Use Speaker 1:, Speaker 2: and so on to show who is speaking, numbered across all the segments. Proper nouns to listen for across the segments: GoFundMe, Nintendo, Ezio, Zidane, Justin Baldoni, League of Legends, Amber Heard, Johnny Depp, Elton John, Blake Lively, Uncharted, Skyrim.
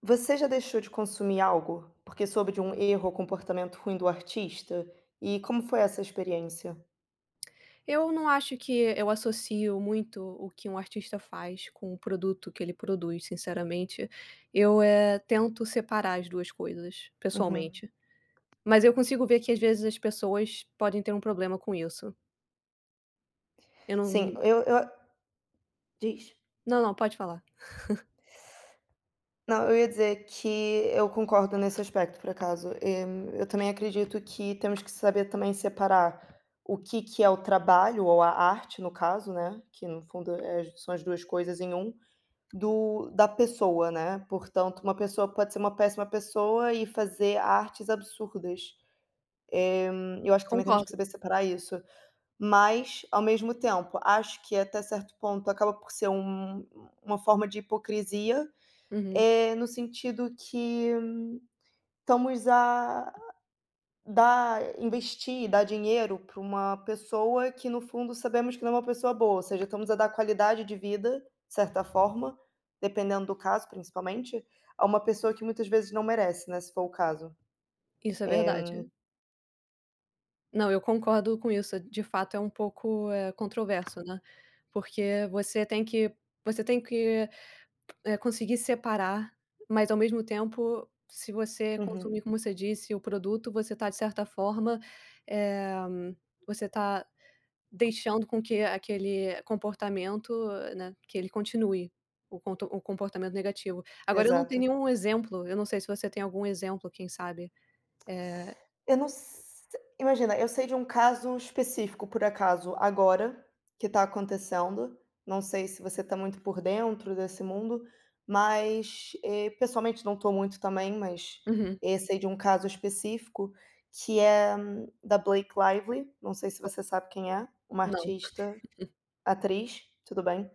Speaker 1: Você já deixou de consumir algo porque soube de um erro ou comportamento ruim do artista? E como foi essa experiência?
Speaker 2: Eu não acho que eu associo muito o que um artista faz com o produto que ele produz, sinceramente. Eu, tento separar as 2 coisas,
Speaker 1: Uhum.
Speaker 2: pessoalmente. Mas eu consigo ver que às vezes as pessoas podem ter um problema com isso. Eu
Speaker 1: Sim,
Speaker 2: não
Speaker 1: eu diz.
Speaker 2: Não, não, pode falar.
Speaker 1: Não, eu ia dizer que eu concordo nesse aspecto, por acaso. Eu também acredito que temos que saber também separar o que que é o trabalho ou a arte, no caso, né, que no fundo é são as 2 coisas em um, do da pessoa, né. Portanto, uma pessoa pode ser uma péssima pessoa e fazer artes absurdas. Eu acho que também temos que
Speaker 2: Concordo.
Speaker 1: saber separar isso. Mas, ao mesmo tempo, acho que até certo ponto acaba por ser uma forma de hipocrisia,
Speaker 2: Uhum.
Speaker 1: no sentido que estamos a dar dinheiro para uma pessoa que, no fundo, sabemos que não é uma pessoa boa, ou seja, estamos a dar qualidade de vida, de certa forma, dependendo do caso principalmente, a uma pessoa que muitas vezes não merece, né, se for o caso.
Speaker 2: Isso é verdade. Não, eu concordo com isso. De fato é um pouco, controverso, né, porque você tem que conseguir separar, mas ao mesmo tempo, se você
Speaker 1: Uhum,
Speaker 2: consumir, como você disse, o produto, você está de certa forma, eh, você está deixando com que aquele comportamento, né, que ele continue, o comportamento negativo. Agora eu não tenho
Speaker 1: exato.
Speaker 2: nenhum exemplo, eu não sei se você tem algum exemplo, quem sabe. Eh
Speaker 1: Eu não s imagina, eu sei de um caso específico, por acaso, agora, que está acontecendo. Não sei se você está muito por dentro desse mundo, mas, pessoalmente não estou muito também, mas,
Speaker 2: uhum.
Speaker 1: sei de um caso específico que é da Blake Lively, não sei se você sabe quem é, uma
Speaker 2: Não,
Speaker 1: artista atriz, tudo bem?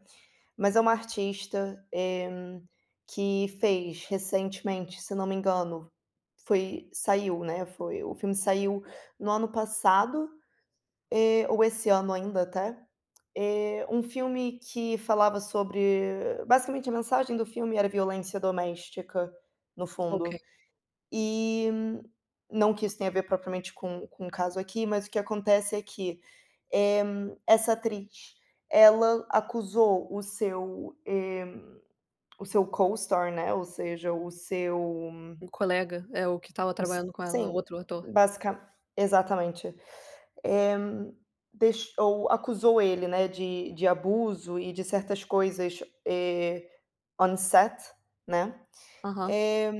Speaker 1: Mas é uma artista, que fez recentemente, se não me engano, foi saiu, né, foi o filme, saiu no ano passado, ou esse ano ainda até, um filme que falava sobre, basicamente a mensagem do filme era violência doméstica, no
Speaker 2: ok.
Speaker 1: fundo. E, não que isso tenha a ver propriamente com o caso aqui, mas o que acontece é que, eh, essa atriz, ela acusou o seu, o seu co-store, né, ou seja, o seu
Speaker 2: Um colega, é o que estava
Speaker 1: os
Speaker 2: trabalhando com ela, o
Speaker 1: sim,
Speaker 2: outro ator.
Speaker 1: basicamente, exatamente. Eh, deix ou acusou ele, né, de abuso e de certas coisas, eh, on set, né.
Speaker 2: Aham,
Speaker 1: Eh,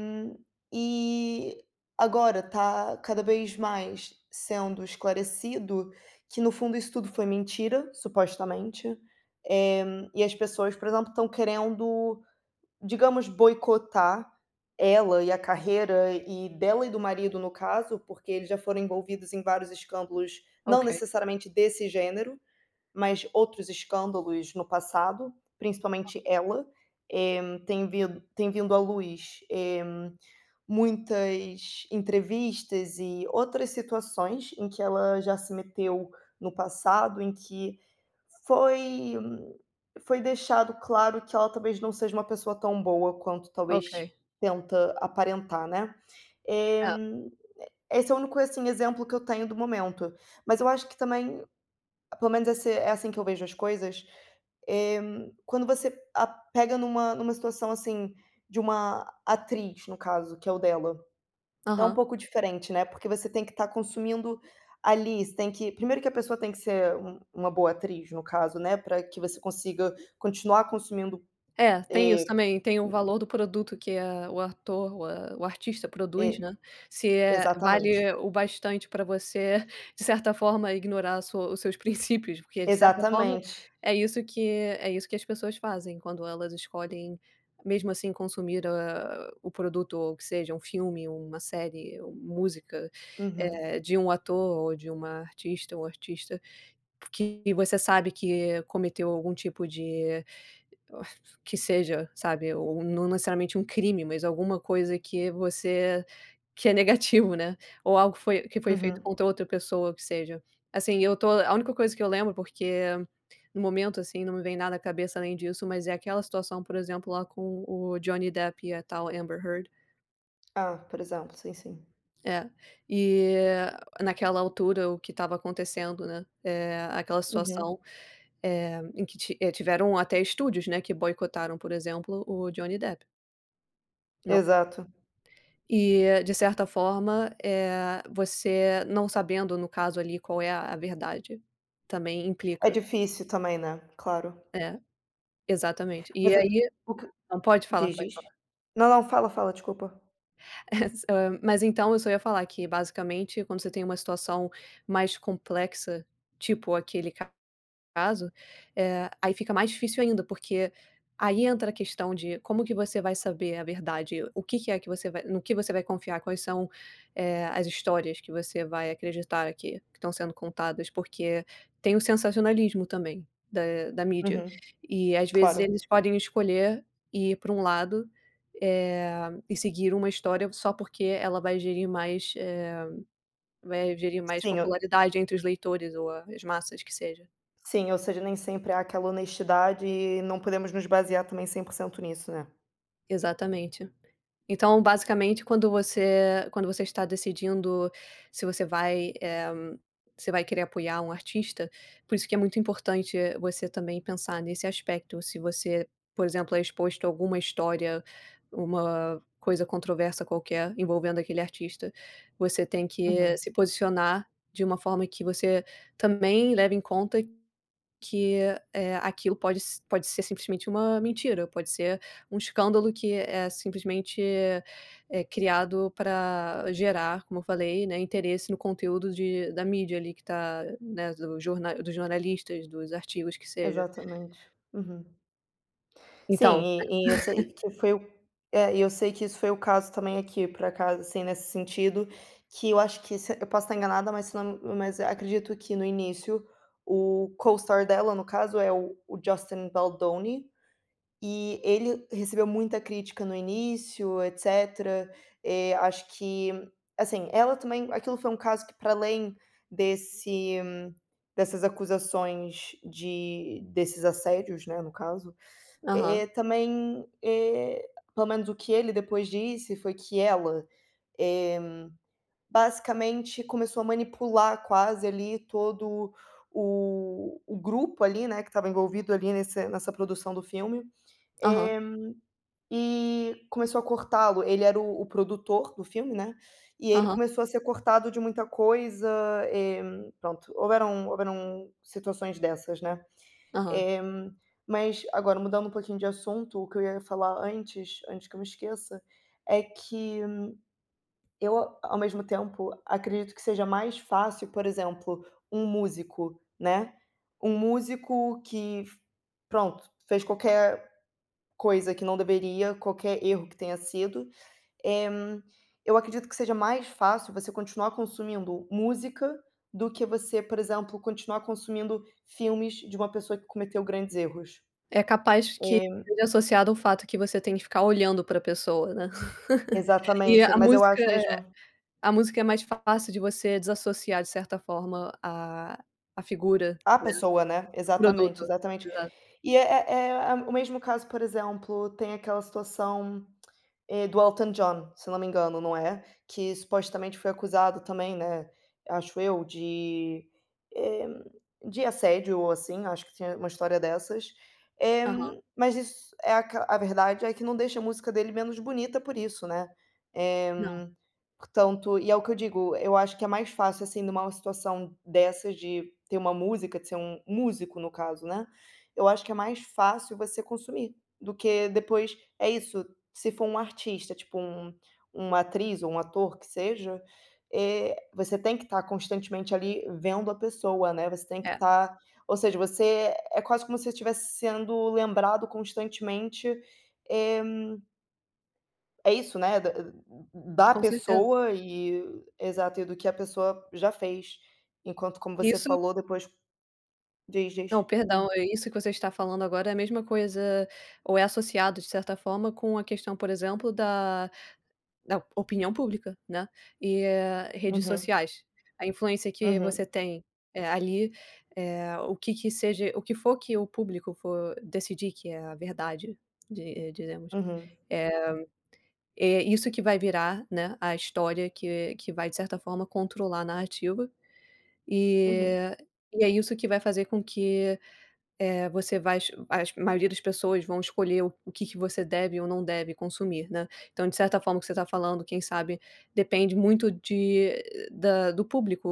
Speaker 1: e agora tá cada vez mais sendo esclarecido que, no fundo, isso tudo foi mentira, supostamente. Eh, e as pessoas, por exemplo, estão querendo, digamos, boicotar ela e a carreira e dela e do marido, no caso, porque eles já foram envolvidos em vários escândalos, não
Speaker 2: ok,
Speaker 1: necessariamente desse gênero, mas outros escândalos no passado, principalmente ela. Tem vindo à luz, muitas entrevistas e outras situações em que ela já se meteu no passado, em que foi, foi deixado claro que ela talvez não seja uma pessoa tão boa quanto talvez
Speaker 2: ok.
Speaker 1: tenta aparentar, né. Eh,
Speaker 2: É,
Speaker 1: Esse é o único, assim, exemplo que eu tenho do momento, mas eu acho que também, pelo menos esse é assim que eu vejo as coisas, eh, quando você a pega numa situação, assim, de uma atriz, no caso, que é o dela, é um
Speaker 2: aham.
Speaker 1: pouco diferente, né, porque você tem que estar consumindo ali, você tem que primeiro que a pessoa tem que ser uma boa atriz, no caso, né, para que você consiga continuar consumindo.
Speaker 2: É, tem
Speaker 1: eh
Speaker 2: isso também, tem o valor do produto que a o ator, o artista produz, né,
Speaker 1: eh
Speaker 2: se
Speaker 1: Exatamente.
Speaker 2: vale o bastante para você, de certa forma, ignorar a sua os seus princípios, porque de certa forma
Speaker 1: Exatamente.
Speaker 2: é isso que é isso que as pessoas fazem quando elas escolhem, mesmo assim, consumir a o produto ou que seja um filme, uma série, ou música,
Speaker 1: Uhum,
Speaker 2: de um ator ou de um artista que você sabe que cometeu algum tipo de Que seja, sabe, ou não necessariamente um crime, mas alguma coisa que é negativo, né, ou algo foi que foi feito
Speaker 1: uhum.
Speaker 2: contra outra pessoa, que seja. Assim, eu tô a única coisa que eu lembro, porque no momento, assim, não me vem nada à cabeça além disso, mas é aquela situação, por exemplo, lá com o Johnny Depp e a tal Amber Heard.
Speaker 1: Ah, por exemplo, sim, sim.
Speaker 2: É, e naquela altura o que estava acontecendo, né, aquela
Speaker 1: Uhum,
Speaker 2: situação, em que tiveram até estúdios, né, que boicotaram, por exemplo, o Johnny Depp. Não.
Speaker 1: exato.
Speaker 2: E, de certa forma, você não sabendo, no caso ali, qual é a verdade, também
Speaker 1: É
Speaker 2: implica.
Speaker 1: difícil também, né, claro.
Speaker 2: É, exatamente. E
Speaker 1: Mas o
Speaker 2: aí
Speaker 1: o que
Speaker 2: Não, pode falar,
Speaker 1: diz,
Speaker 2: pode
Speaker 1: diz.
Speaker 2: falar.
Speaker 1: Não, não, fala, fala, desculpa.
Speaker 2: Mas então eu só ia falar que, basicamente, quando você tem uma situação mais complexa, tipo aquele caso, aí fica mais difícil ainda, porque aí entra a questão de como que você vai saber a verdade, o que que é que você vai no que você vai confiar, quais são, as histórias que você vai acreditar que estão sendo contadas, porque tem o sensacionalismo também da mídia.
Speaker 1: Uhum,
Speaker 2: E às vezes
Speaker 1: claro.
Speaker 2: eles podem escolher ir para um lado, e seguir uma história só porque ela vai gerir mais
Speaker 1: Sim, ou
Speaker 2: popularidade entre os leitores ou as massas que seja.
Speaker 1: sim, ou seja, nem sempre há aquela honestidade e não podemos nos basear também 100% nisso, né.
Speaker 2: Exatamente. Então, basicamente, quando você está decidindo se você vai querer apoiar um artista, por isso que é muito importante você também pensar nesse aspecto. Se você, por exemplo, é exposto a alguma história, uma coisa controversa qualquer envolvendo aquele artista, você tem que
Speaker 1: Uhum,
Speaker 2: se posicionar de uma forma que você também leve em conta que, aquilo pode ser simplesmente uma mentira, pode ser um escândalo que é simplesmente, criado para gerar, como eu falei, né, interesse no conteúdo de da mídia ali que está né, do jorna dos jornalistas, dos artigos que seja.
Speaker 1: exatamente. Uhum. Sim,
Speaker 2: Então
Speaker 1: e eu sei que foi o é, e eu sei que isso foi o caso também aqui, por acaso, assim, nesse sentido, que eu acho que, se eu posso estar enganada, mas se não, mas eu acredito que no início, o co-star dela, no caso, é o Justin Baldoni, e ele recebeu muita crítica no início, etcétera. Acho que, assim, ela também, aquilo foi um caso que para além desse, dessas acusações de desses assédios, né, no caso,
Speaker 2: aham,
Speaker 1: também, pelo menos o que ele depois disse foi que ela, eh, basicamente começou a manipular quase ali todo o grupo ali, né, que estava envolvido ali nesse nessa produção do filme,
Speaker 2: aham,
Speaker 1: eh, e começou a cortá-lo. Ele era o produtor do filme, né, e ele
Speaker 2: aham,
Speaker 1: começou a ser cortado de muita coisa, eh, pronto, houveram situações dessas, né.
Speaker 2: aham.
Speaker 1: Eh, mas agora, mudando um pouquinho de assunto, o que eu ia falar antes que eu me esqueça, é que eu, ao mesmo tempo, acredito que seja mais fácil, por exemplo, um músico, né, um músico que, pronto, fez qualquer coisa que não deveria, qualquer erro que tenha sido, eh, eu acredito que seja mais fácil você continuar consumindo música do que você, por exemplo, continuar consumindo filmes de uma pessoa que cometeu grandes erros.
Speaker 2: É capaz que
Speaker 1: Eh
Speaker 2: seja associado ao fato que você tem que ficar olhando para a pessoa, né. E
Speaker 1: Exatamente,
Speaker 2: a
Speaker 1: mas eu
Speaker 2: música
Speaker 1: acho
Speaker 2: é,
Speaker 1: mesmo
Speaker 2: a música é mais fácil de você desassociar de certa forma a figura.
Speaker 1: a pessoa, né, exatamente,
Speaker 2: Produto,
Speaker 1: exatamente.
Speaker 2: exato.
Speaker 1: E é é é o mesmo caso, por exemplo, tem aquela situação, do Elton John, se não me engano, não é? Que supostamente foi acusado também, né, acho eu, de, eh, de assédio ou assim, acho que tinha uma história dessas. Eh,
Speaker 2: Aham,
Speaker 1: mas isso é aca a verdade é que não deixa a música dele menos bonita por isso, né. Eh
Speaker 2: não,
Speaker 1: Portanto, e é o que eu digo, eu acho que é mais fácil, assim, numa situação dessas, de ter uma música, de ser um músico, no caso, né, eu acho que é mais fácil você consumir, do que depois é isso, se for um artista, tipo um, uma atriz ou um ator que seja, você tem que estar constantemente ali vendo a pessoa, né, você tem que
Speaker 2: é,
Speaker 1: estar, ou seja, você é quase como se você estivesse sendo lembrado constantemente, eh é isso, né, da da
Speaker 2: com certeza.
Speaker 1: pessoa, e exato, e do que a pessoa já fez, enquanto, como você
Speaker 2: Isso
Speaker 1: falou depois, diz,
Speaker 2: não,
Speaker 1: diz.
Speaker 2: perdão, isso que você está falando agora é a mesma coisa ou é associado de certa forma com a questão, por exemplo, da opinião pública, né, e, redes
Speaker 1: Uhum,
Speaker 2: sociais. A influência que
Speaker 1: uhum,
Speaker 2: você tem, ali, o que seja o que for que o público for decidir que é a verdade, di diremos,
Speaker 1: uhum,
Speaker 2: é isso que vai virar, né, a história que vai de certa forma controlar a narrativa.
Speaker 1: uhum,
Speaker 2: E e é isso que vai fazer com que, eh, você vai es as a maioria das pessoas vão escolher o que que você deve ou não deve consumir, né. Então, de certa forma, o que você está falando, quem sabe, depende muito de eh, da do público,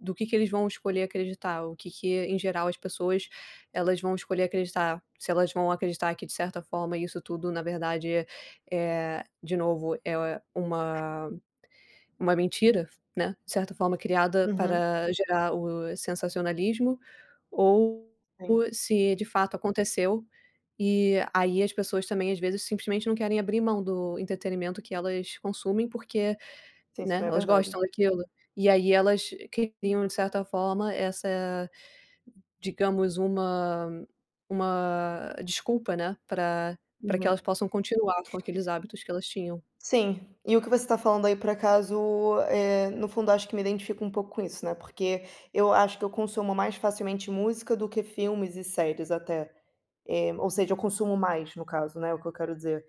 Speaker 2: do que eles vão escolher acreditar, o que que, em geral, as pessoas, elas vão escolher acreditar. Se elas vão acreditar que, de certa forma, isso tudo, na verdade, é, de novo, é uma mentira, né, de certa forma criada
Speaker 1: uhum,
Speaker 2: para gerar o sensacionalismo, ou
Speaker 1: sim,
Speaker 2: se de fato aconteceu, e aí as pessoas também às vezes simplesmente não querem abrir mão do entretenimento que elas consumem porque,
Speaker 1: sim, isso
Speaker 2: né,
Speaker 1: também é
Speaker 2: elas
Speaker 1: verdade.
Speaker 2: gostam daquilo. E aí elas criam de certa forma essa, digamos, uma desculpa, né, para que
Speaker 1: Uhum.
Speaker 2: elas possam continuar com aqueles hábitos que elas tinham.
Speaker 1: Sim, e o que você está falando aí, por acaso, no fundo, acho que me identifico um pouco com isso, né, porque eu acho que eu consumo mais facilmente música do que filmes e séries até, ou seja, eu consumo mais, no caso, né, é o que eu quero dizer.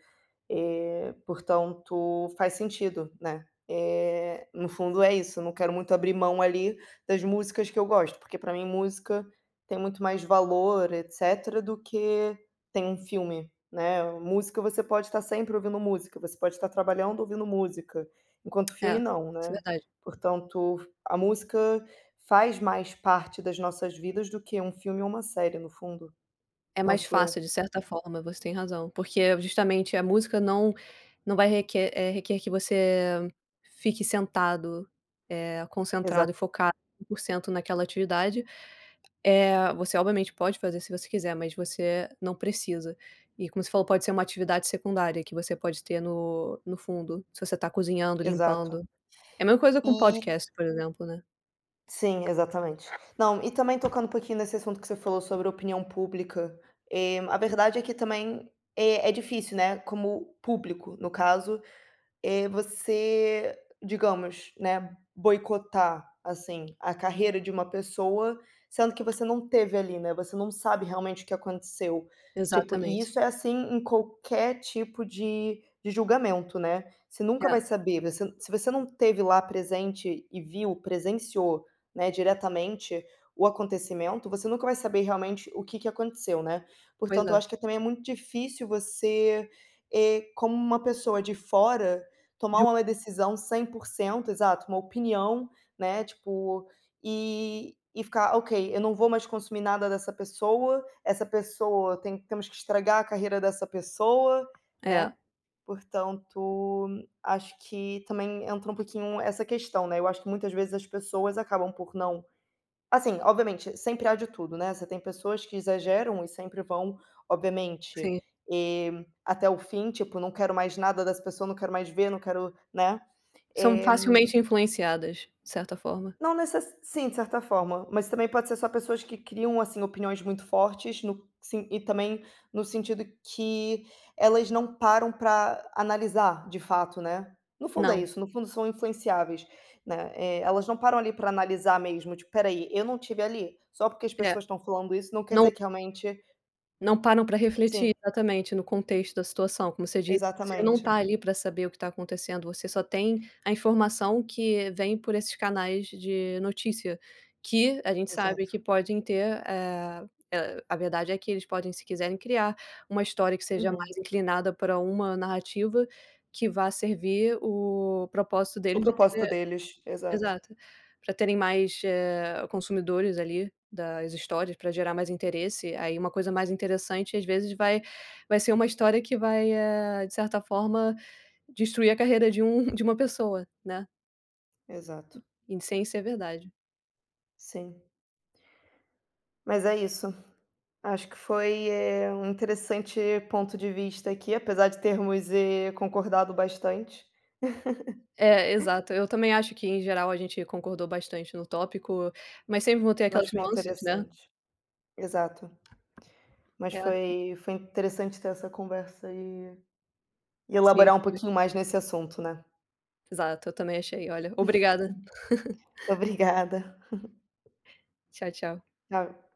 Speaker 1: Portanto, faz sentido, né. No fundo é isso, eu não quero muito abrir mão ali das músicas que eu gosto, porque, pra mim, música tem muito mais valor, etcétera, do que tem um filme, né. Música, você pode estar sempre ouvindo música, você pode estar trabalhando ouvindo música, enquanto
Speaker 2: É,
Speaker 1: filme não,
Speaker 2: isso é
Speaker 1: né.
Speaker 2: verdade.
Speaker 1: Portanto, a música faz mais parte das nossas vidas do que um filme ou uma série, no fundo,
Speaker 2: É mais
Speaker 1: penso eu.
Speaker 2: fácil, de certa forma, você tem razão, porque justamente a música não requer que você fique sentado,
Speaker 1: Exato,
Speaker 2: concentrado e focado 100% naquela atividade. Você obviamente pode fazer se você quiser, mas você não precisa. E como você falou, pode ser uma atividade secundária que você pode ter no fundo, se você está cozinhando,
Speaker 1: exato.
Speaker 2: limpando. É a mesma coisa com
Speaker 1: E
Speaker 2: podcast, por exemplo, né.
Speaker 1: Sim, exatamente. Não, e também tocando um pouquinho nesse assunto que você falou sobre opinião pública, a verdade é que também é difícil, né, como público, no caso, é você, digamos, né, boicotar, assim, a carreira de uma pessoa, sendo que você não teve ali, né, você não sabe realmente o que aconteceu. Tipo, e
Speaker 2: Exatamente.
Speaker 1: isso é assim em qualquer tipo de julgamento, né. Você nunca vai
Speaker 2: É,
Speaker 1: saber, você, se você não teve lá presente e viu, presenciou, né, diretamente o acontecimento, você nunca vai saber realmente o que que aconteceu, né.
Speaker 2: pois
Speaker 1: Portanto, eu
Speaker 2: é.
Speaker 1: acho que também é muito difícil você, como uma pessoa de fora, tomar
Speaker 2: Ju
Speaker 1: uma decisão 100% exato, uma opinião, né, tipo, e ficar: "Ok, eu não vou mais consumir nada dessa pessoa, essa pessoa temos que estragar a carreira dessa pessoa", né.
Speaker 2: É,
Speaker 1: Portanto, acho que também entra um pouquinho essa questão, né, eu acho que muitas vezes as pessoas acabam por não. Assim, obviamente, sempre há de tudo, né, você tem pessoas que exageram e sempre vão, obviamente,
Speaker 2: sim.
Speaker 1: até o fim, tipo: "Não quero mais nada dessa pessoa, não quero mais ver, não quero", né.
Speaker 2: São
Speaker 1: eh
Speaker 2: facilmente influenciadas, de certa forma.
Speaker 1: não necess Sim, de certa forma, mas também pode ser só pessoas que criam, assim, opiniões muito fortes no, sim, e também no sentido que elas não param para analisar, de fato, né. No fundo é
Speaker 2: Não,
Speaker 1: isso, no fundo são influenciáveis, né, elas não param ali para analisar mesmo, tipo: "peraí, eu não tive ali". Só porque as
Speaker 2: é,
Speaker 1: pessoas estão falando isso não quer
Speaker 2: não
Speaker 1: dizer que realmente
Speaker 2: não param pra
Speaker 1: sim,
Speaker 2: refletir exatamente no contexto da situação, como você disse, você não
Speaker 1: exatamente,
Speaker 2: tá ali pra saber o que tá acontecendo, você só tem a informação que vem por esses canais de notícia, que a gente sabe
Speaker 1: exato.
Speaker 2: que podem ter, a verdade é que eles podem, se quiserem, criar uma história que seja
Speaker 1: Uhum.
Speaker 2: mais inclinada pra uma narrativa que vá servir o propósito
Speaker 1: O
Speaker 2: deles de.
Speaker 1: propósito deles, exato,
Speaker 2: Exato. Para terem mais, consumidores ali das histórias, para gerar mais interesse, aí uma coisa mais interessante, às vezes, vai ser uma história que vai, de certa forma, destruir a carreira de um de uma pessoa, né,
Speaker 1: exato.
Speaker 2: e sem ser verdade.
Speaker 1: Sim, mas é isso. Acho que foi, um interessante ponto de vista aqui, apesar de termos, concordado bastante,
Speaker 2: É, exato. Eu também acho que, em geral, a gente concordou bastante no tópico, mas sempre vão ter
Speaker 1: mas
Speaker 2: aquelas
Speaker 1: foi
Speaker 2: nuances, né.
Speaker 1: interessante. Exato. Mas
Speaker 2: É,
Speaker 1: foi foi interessante ter essa conversa e
Speaker 2: sim.
Speaker 1: elaborar um pouquinho mais nesse assunto, né.
Speaker 2: Exato, eu também achei. Olha, obrigada.
Speaker 1: Obrigada.
Speaker 2: Tchau, tchau.
Speaker 1: Tchau.